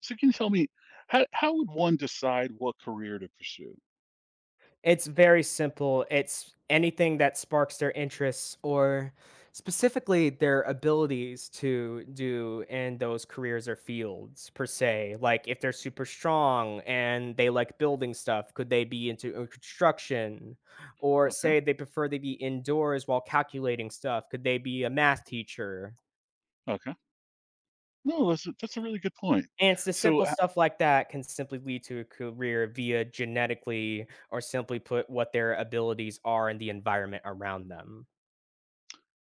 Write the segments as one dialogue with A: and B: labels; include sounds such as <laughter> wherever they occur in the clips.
A: So can you tell me how would one decide what career to pursue?
B: It's very simple. It's anything that sparks their interests or specifically their abilities to do in those careers or fields per se. Like if they're super strong and they like building stuff, could they be into construction? Or
A: Okay,
B: say they prefer they be indoors while calculating stuff, could they be a math teacher?
A: okay. No, that's a really good point.
B: And it's the
A: So
B: simple
A: h-
B: stuff like that can simply lead to a career via genetically or simply put what their abilities are and the environment around them.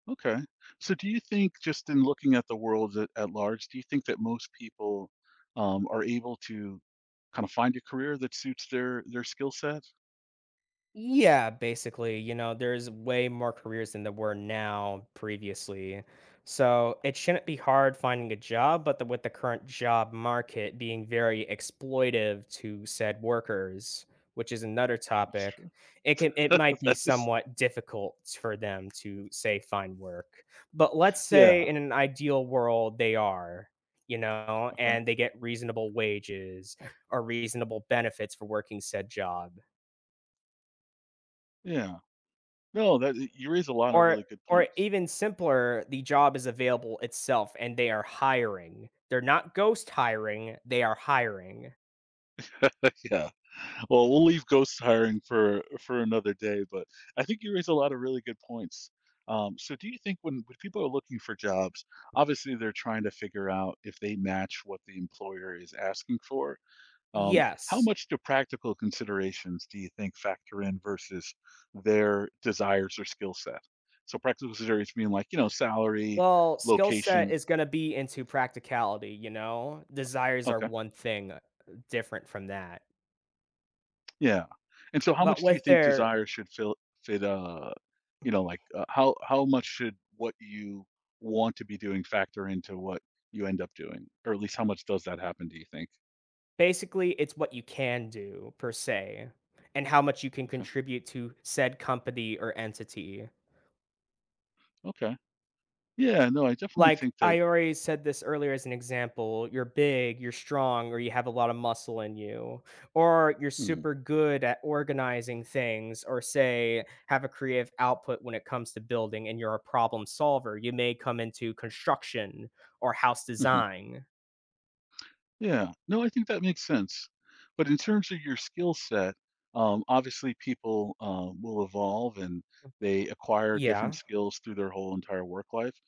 A: okay, so do you think just in looking at the world at large, do you think that most people are able to kind of find a career that suits their skill set?
B: Yeah, basically, you know, there's way more careers than there were now previously. So it shouldn't be hard finding a job, but with the current job market being very exploitive to said workers, which is another
A: That's
B: topic,
A: true. <laughs>
B: it might be
A: That is
B: somewhat difficult for them to say find work. But let's say
A: yeah.
B: in an ideal world they are, you know,
A: Okay.
B: and they get reasonable wages or reasonable benefits for working said job.
A: Yeah. No, that you raise a lot of
B: Or
A: really good
B: or
A: points.
B: even simpler, the job is available itself and they are hiring. They're not ghost hiring, they are hiring.
A: <laughs> Yeah. Well, we'll leave ghost hiring for another day, but I think you raise a lot of really good points. So, do you think when people are looking for jobs, obviously they're trying to figure out if they match what the employer is asking for. How
B: Yes.
A: much do practical considerations do you think factor in versus their desires or skill set? So, practical considerations being like you know salary,
B: Well, skill set
A: location.
B: is gonna be into practicality, you know? Desires are
A: Okay.
B: one thing, different from that.
A: Yeah. And so how
B: But
A: much do you
B: with
A: think
B: their
A: desire should fill fit you know, how much should what you want to be doing factor into what you end up doing, or at least how much does that happen do you think?
B: Basically, it's what you can do per se, and how much you can
A: Okay.
B: contribute to said company or entity.
A: Okay. Yeah, no, I definitely
B: Like,
A: think that
B: I already said this earlier as an example, you're big, you're strong, or you have a lot of muscle in you, or you're
A: mhm,
B: super good at organizing things, or say, have a creative output when it comes to building and you're a problem solver. You may come into construction or house
A: mhm.
B: design.
A: Yeah. No, I think that makes sense. But in terms of your skill set, obviously people will evolve and they acquire different
B: Yeah,
A: skills through their whole entire work life.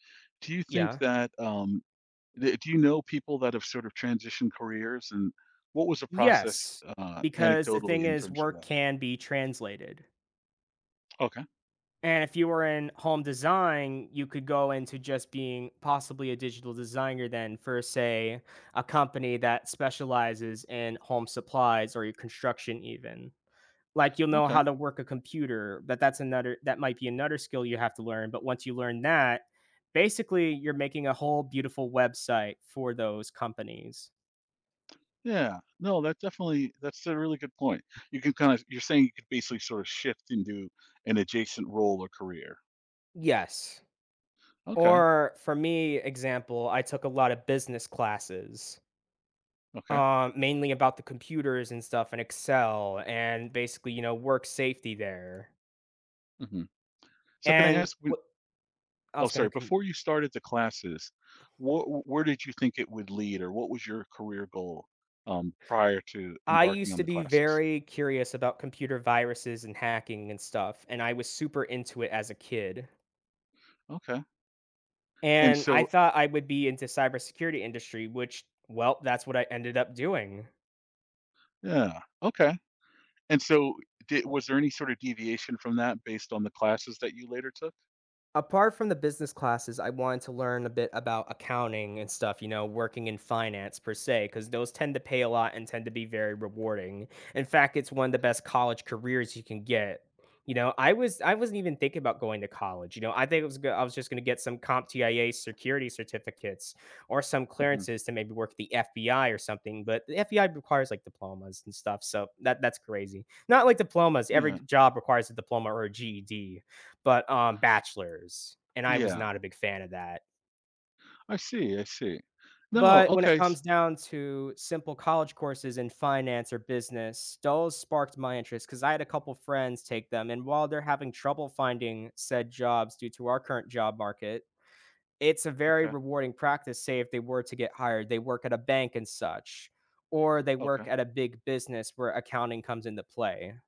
A: Do you think
B: yeah.
A: that um Do you know people that have sort of transitioned careers, and what was the process,
B: Yes, because the
A: anecdotally
B: thing
A: in
B: is
A: terms of
B: work
A: that?
B: can be translated.
A: Okay,
B: And if you were in home design, you could go into just being possibly a digital designer then for, say, a company that specializes in home supplies or your construction even. Like you'll know
A: okay.
B: how to work a computer, but that might be another skill you have to learn. But once you learn that, basically you're making a whole beautiful website for those companies.
A: Yeah. No, that's a really good point. You can kinda, you could basically sort of shift into an adjacent role or career.
B: Yes.
A: Okay,
B: Or for me, example, I took a lot of business classes.
A: okay.
B: Mainly about the computers and stuff and Excel and basically, you know, work safety there.
A: Mhm. So can I
B: And
A: ask when
B: what I
A: Oh,
B: was gonna
A: sorry,
B: con
A: before you started the classes, wha where did you think it would lead, or what was your career goal, prior to
B: I
A: embarking
B: used
A: on
B: to
A: the
B: be
A: classes?
B: very curious about computer viruses and hacking and stuff, and I was super into it as a kid.
A: Okay. And
B: And I
A: so
B: thought I would be into cybersecurity industry, which, well, that's what I ended up doing.
A: Yeah, okay. And so, di was there any sort of deviation from that based on the classes that you later took?
B: Apart from the business classes, I wanted to learn a bit about accounting and stuff, you know, working in finance per se, because those tend to pay a lot and tend to be very rewarding. In fact, it's one of the best college careers you can get. You know, I wasn't even thinking about going to college. You know, I think I was just going to get some CompTIA security certificates or some
A: Mhm.
B: clearances to maybe work at the FBI or something. But the FBI requires like diplomas and stuff, so that's crazy. Not like diplomas. Every
A: Yeah.
B: job requires a diploma or a GED but, bachelor's, and I was
A: Yeah.
B: not a big fan of that.
A: I see, I see. No,
B: But when it
A: okay, s
B: comes down to simple college courses in finance or business, those sparked my interest because I had a couple friends take them. And while they're having trouble finding said jobs due to our current job market, it's a very
A: Okay,
B: rewarding practice. Say, if they were to get hired, they work at a bank and such, or they
A: okay.
B: work at a big business where accounting comes into play,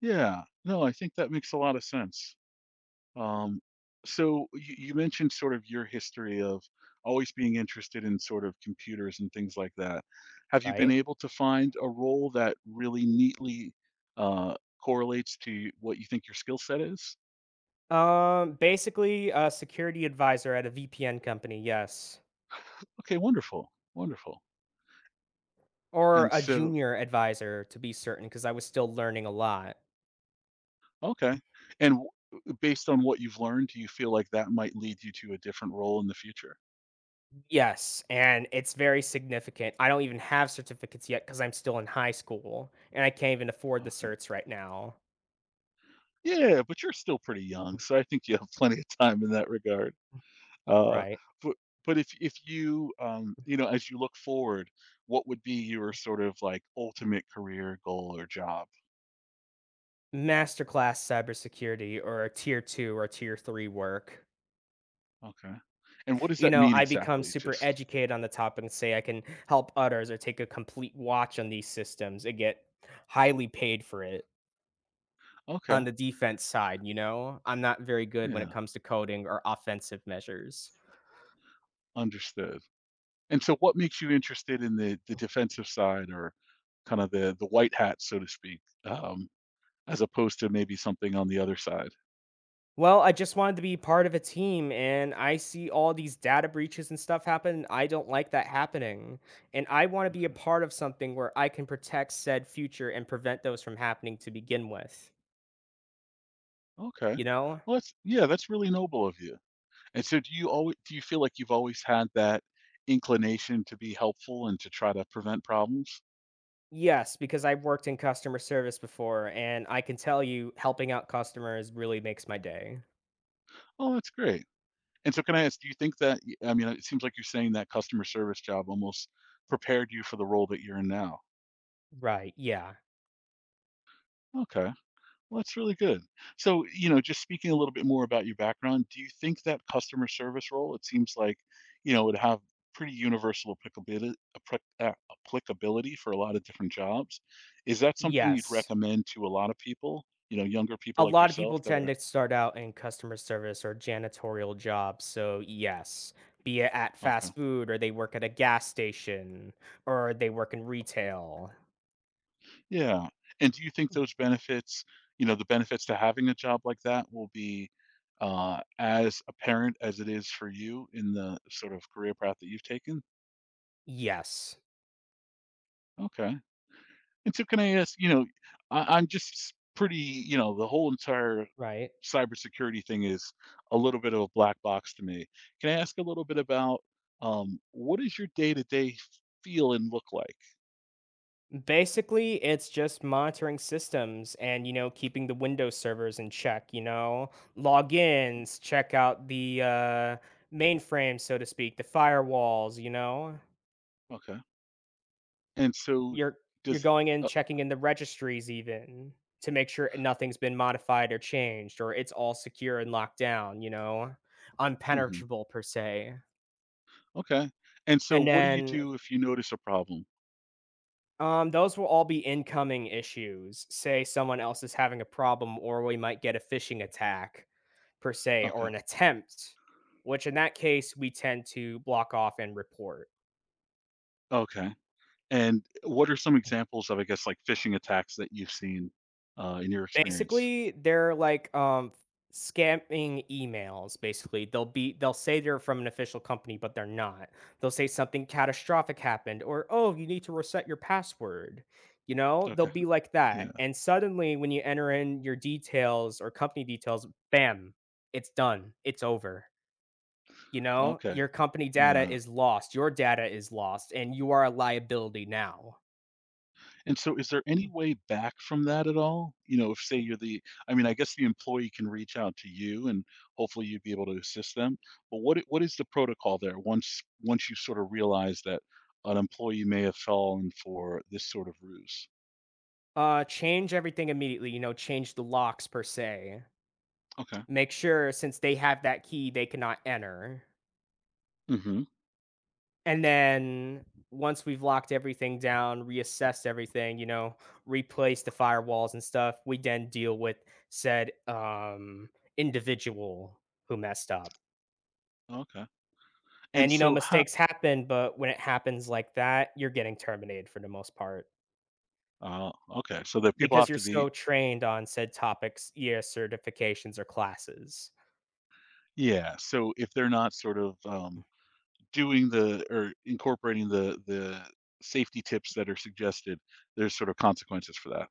A: Yeah. No, I think that makes a lot of sense. Um, so you mentioned sort of your history of always being interested in sort of computers and things like that. Have you been
B: right?
A: able to find a role that really neatly, uh, correlates to what you think your skill set is?
B: Basically, a security advisor at a VPN company. Yes.
A: Okay, wonderful, wonderful.
B: Or
A: And
B: a
A: so
B: junior advisor to be certain, because I was still learning a lot.
A: Okay. And w Based on what you've learned, do you feel like that might lead you to a different role in the future?
B: Yes, and it's very significant. I don't even have certificates yet because 'cause I'm still in high school, and I can't even afford the
A: Okay.
B: certs right now.
A: Yeah, but you're still pretty young, so I think you have <laughs> plenty of time in that regard. Uh,
B: Right.
A: but but if you, you know, as you look forward, what would be your sort of like ultimate career goal or job?
B: Masterclass cybersecurity or a tier 2 or tier 3 work.
A: Okay. And what does
B: You
A: that
B: know,
A: mean
B: I become
A: exactly?
B: super
A: Just
B: educated on the topic and say I can help others or take a complete watch on these systems and get highly paid for it.
A: Okay.
B: On the defense side, you know? I'm not very good when it
A: Yeah,
B: comes to coding or offensive measures.
A: understood. And so what makes you interested in the
B: Oh.
A: defensive side or kind of the white hat, so to speak? Um, as opposed to maybe something on the other side.
B: Well, I just wanted to be part of a team, and I see all these data breaches and stuff happen. I don't like that happening, and I wanna be a
A: Okay.
B: part of something where I can protect said future and prevent those from happening to begin with,
A: Okay.
B: you know?
A: Well, that's yeah, that's really noble of you. And so do you feel like you've always had that inclination to be helpful and to try to prevent problems?
B: Yes, because I've worked in customer service before, and I can tell you helping out customers really makes my day.
A: Oh, that's great. And so can I ask, do you think that I mean, it seems like you're saying that customer service job almost prepared you for the role that you're in now.
B: Right, yeah.
A: Okay. Well, that's really good. So, you know, just speaking a little bit more about your background, do you think that customer service role, it seems like, you know, would have pretty universal applicability, applicability for a lot of different jobs. Is that something you'd
B: Yes.
A: recommend to a lot of people, you know, younger people
B: A
A: like
B: lot of
A: yourself
B: people
A: that
B: tend
A: are,
B: to start out in customer service or janitorial jobs, so yes. Be it at
A: okay.
B: fast food or they work at a gas station or they work in retail.
A: Yeah. And do you think those benefits, you know, the benefits to having a job like that will be as apparent as it is for you in the sort of career path that you've taken?
B: Yes,
A: Okay. And so can I ask, you know, I, I'm just pretty, you know, the whole entire
B: right?
A: cybersecurity thing is a little bit of a black box to me. Can I ask a little bit about what does your day to day feel and look like?
B: Basically, it's just monitoring systems and, you know, keeping the Windows servers in check, you know, logins, check out the mainframe, so to speak, the firewalls, you know,
A: Okay. And so
B: you're you're
A: does,
B: going in
A: uh,
B: checking in the registries even to make sure nothing's been modified or changed or it's all secure and locked down, you know,
A: hmm,
B: unpenetrable per se.
A: okay. And so
B: And
A: what do you
B: then
A: do if you notice a problem?
B: those will all be incoming issues. Say someone else is having a problem, or we might get a phishing attack per se or
A: Okay.
B: an attempt, which in that case we tend to block off and report.
A: Okay. And what are some examples of, I guess, like phishing attacks that you've seen in your experience?
B: Basically, they're like scamming emails basically. They'll say they're from an official company but they're not. They'll say something catastrophic happened or oh, you need to reset your password. You know, they'll
A: Okay.
B: be like that.
A: Yeah.
B: And suddenly when you enter in your details or company details, bam, it's done. It's over. You know,
A: Okay.
B: your company data
A: Yeah.
B: is lost. Your data is lost, and you are a liability now.
A: And so is there any way back from that at all? You know, if say you're the I mean, I guess the employee can reach out to you and hopefully you'd be able to assist them. But what is the protocol there once you sort of realize that an employee may have fallen for this sort of ruse?
B: Change everything immediately. You know, change the locks per se.
A: Okay.
B: Make sure since they have that key, they cannot enter.
A: Mm-hmm.
B: And then once we've locked everything down, reassessed everything, you know, replace the firewalls and stuff, we then deal with said individual who messed up.
A: Okay. And
B: And, you know,
A: so how
B: mistakes happen, but when it happens like that, you're getting terminated for the most part,
A: Okay. So that people
B: because
A: have
B: you're
A: to be
B: so trained on said topics, year certifications or classes.
A: Yeah. So if they're not sort of doing the or incorporating the safety tips that are suggested, there's sort of consequences for that.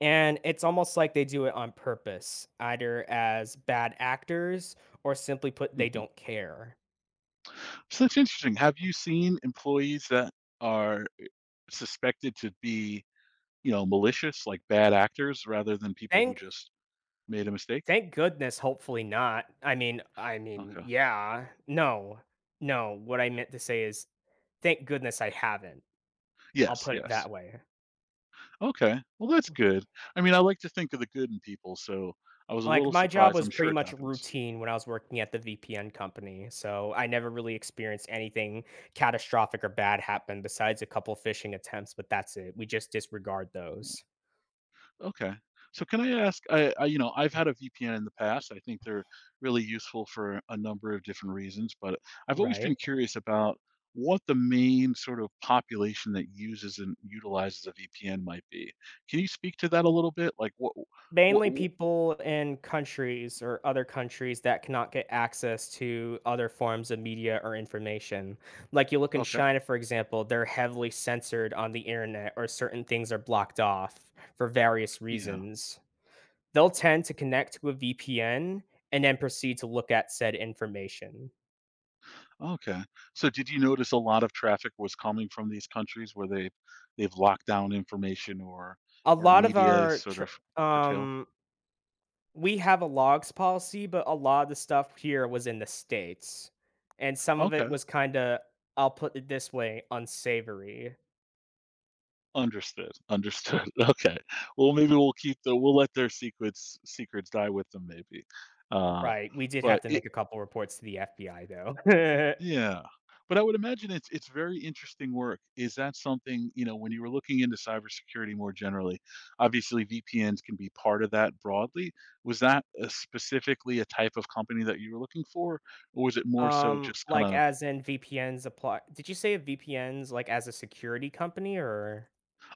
B: And it's almost like they do it on purpose, either as bad actors or simply put, they
A: Mhm.
B: don't care.
A: So that's interesting. Have you seen employees that are suspected to be, you know, malicious, like bad actors, rather than people who
B: Thank
A: just made a mistake?
B: Thank goodness, hopefully not. I mean,
A: Okay.
B: yeah. No. No, what I meant to say is, thank goodness I haven't. I'll
A: Yes,
B: put it
A: yes.
B: that way.
A: Okay. Well, that's good. I mean, I like to think of the good in people, so I was a
B: Like,
A: little
B: my job
A: surprised. I'm
B: was
A: sure
B: pretty
A: it
B: much
A: happens.
B: routine when I was working at the VPN company, so I never really experienced anything catastrophic or bad happen besides a couple phishing attempts, but that's it. We just disregard those,
A: Okay. So can I ask, you know, I've had a VPN in the past. I think they're really useful for a number of different reasons, but I've always
B: right?
A: been curious about what the main sort of population that uses and utilizes a VPN might be. Can you speak to that a little bit? What,
B: Mainly
A: wh-
B: people in countries or other countries that cannot get access to other forms of media or information. Like, you look in
A: okay.
B: China, for example, they're heavily censored on the internet, or certain things are blocked off for various
A: Yeah.
B: reasons. They'll tend to connect to a VPN and then proceed to look at said information.
A: Okay. So did you notice a lot of traffic was coming from these countries where they've locked down information
B: A
A: or
B: lot of
A: media is
B: our
A: sort
B: tr
A: of curtailed?
B: um, we have a logs policy, but a lot of the stuff here was in the States, and some of it
A: Okay.
B: was kinda, I'll put it this way, unsavory.
A: Understood, understood. <laughs> Okay. Well, maybe we'll keep the we'll let their secrets secrets die with them maybe. Uh,
B: Right, we did
A: but
B: have to
A: it
B: make a couple reports to the FBI, though. <laughs>
A: yeah. But I would imagine it's very interesting work. Is that something, you know, when you were looking into cybersecurity more generally, obviously VPNs can be part of that broadly. Was that, specifically a type of company that you were looking for? Or was it more so just
B: Like,
A: kinda
B: as in VPNs apply did you say VPNs, like, as a security company, or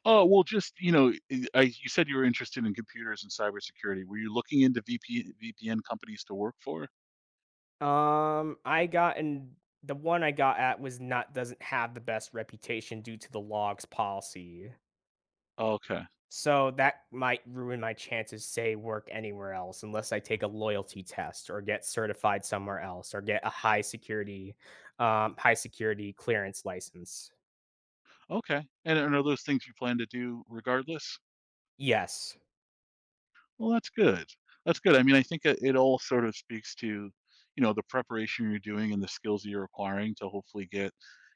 A: Oh, well, just, you know, you said you were interested in computers and cybersecurity. Were you looking into VPN companies to work for?
B: I got and the one I got at was not doesn't have the best reputation due to the logs policy.
A: Okay.
B: So that might ruin my chances, say, work anywhere else unless I take a loyalty test or get certified somewhere else or get a high security clearance license.
A: Okay. And are those things you plan to do regardless?
B: Yes,
A: Well, that's good. That's good. I mean, I think it, it all sort of speaks to, you know, the preparation you're doing and the skills that you're acquiring to hopefully get,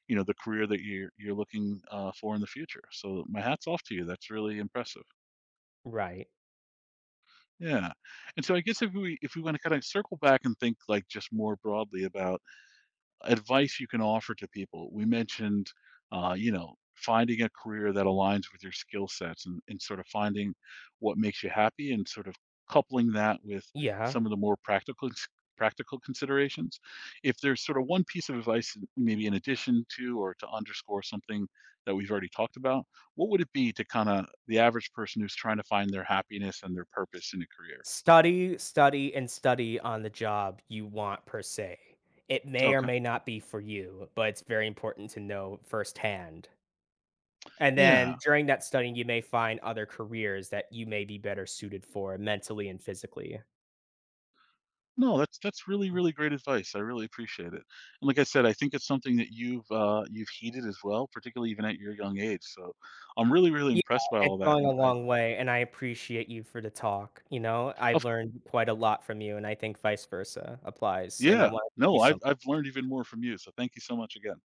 A: you know, the career that you're looking for in the future. So my hat's off to you. That's really impressive.
B: right.
A: Yeah. And so I guess if we want to kind of circle back and think like just more broadly about advice you can offer to people. We mentioned, you know, finding a career that aligns with your skill sets and sort of finding what makes you happy and sort of coupling that with
B: Yeah.
A: some of the more practical considerations. If there's sort of one piece of advice, maybe in addition to or to underscore something that we've already talked about, what would it be to kind of the average person who's trying to find their happiness and their purpose in a career?
B: Study, study, and study on the job you want per se. It may or
A: Okay.
B: may not be for you, but it's very important to know firsthand. And
A: Yeah.
B: then during that studying, you may find other careers that you may be better suited for mentally and physically.
A: No, that's really, really great advice. I really appreciate it. And like I said, I think it's something that you've heeded as well, particularly even at your young age. So I'm really, really
B: Yeah,
A: impressed by all
B: it's
A: that.
B: going a long way, and I appreciate you for the talk, you know? I've
A: Of,
B: learned quite a lot from you, and I think vice versa applies, and I
A: yeah,
B: wanna thank you
A: no, I've
B: so
A: I've learned even more from you. So thank you so much again.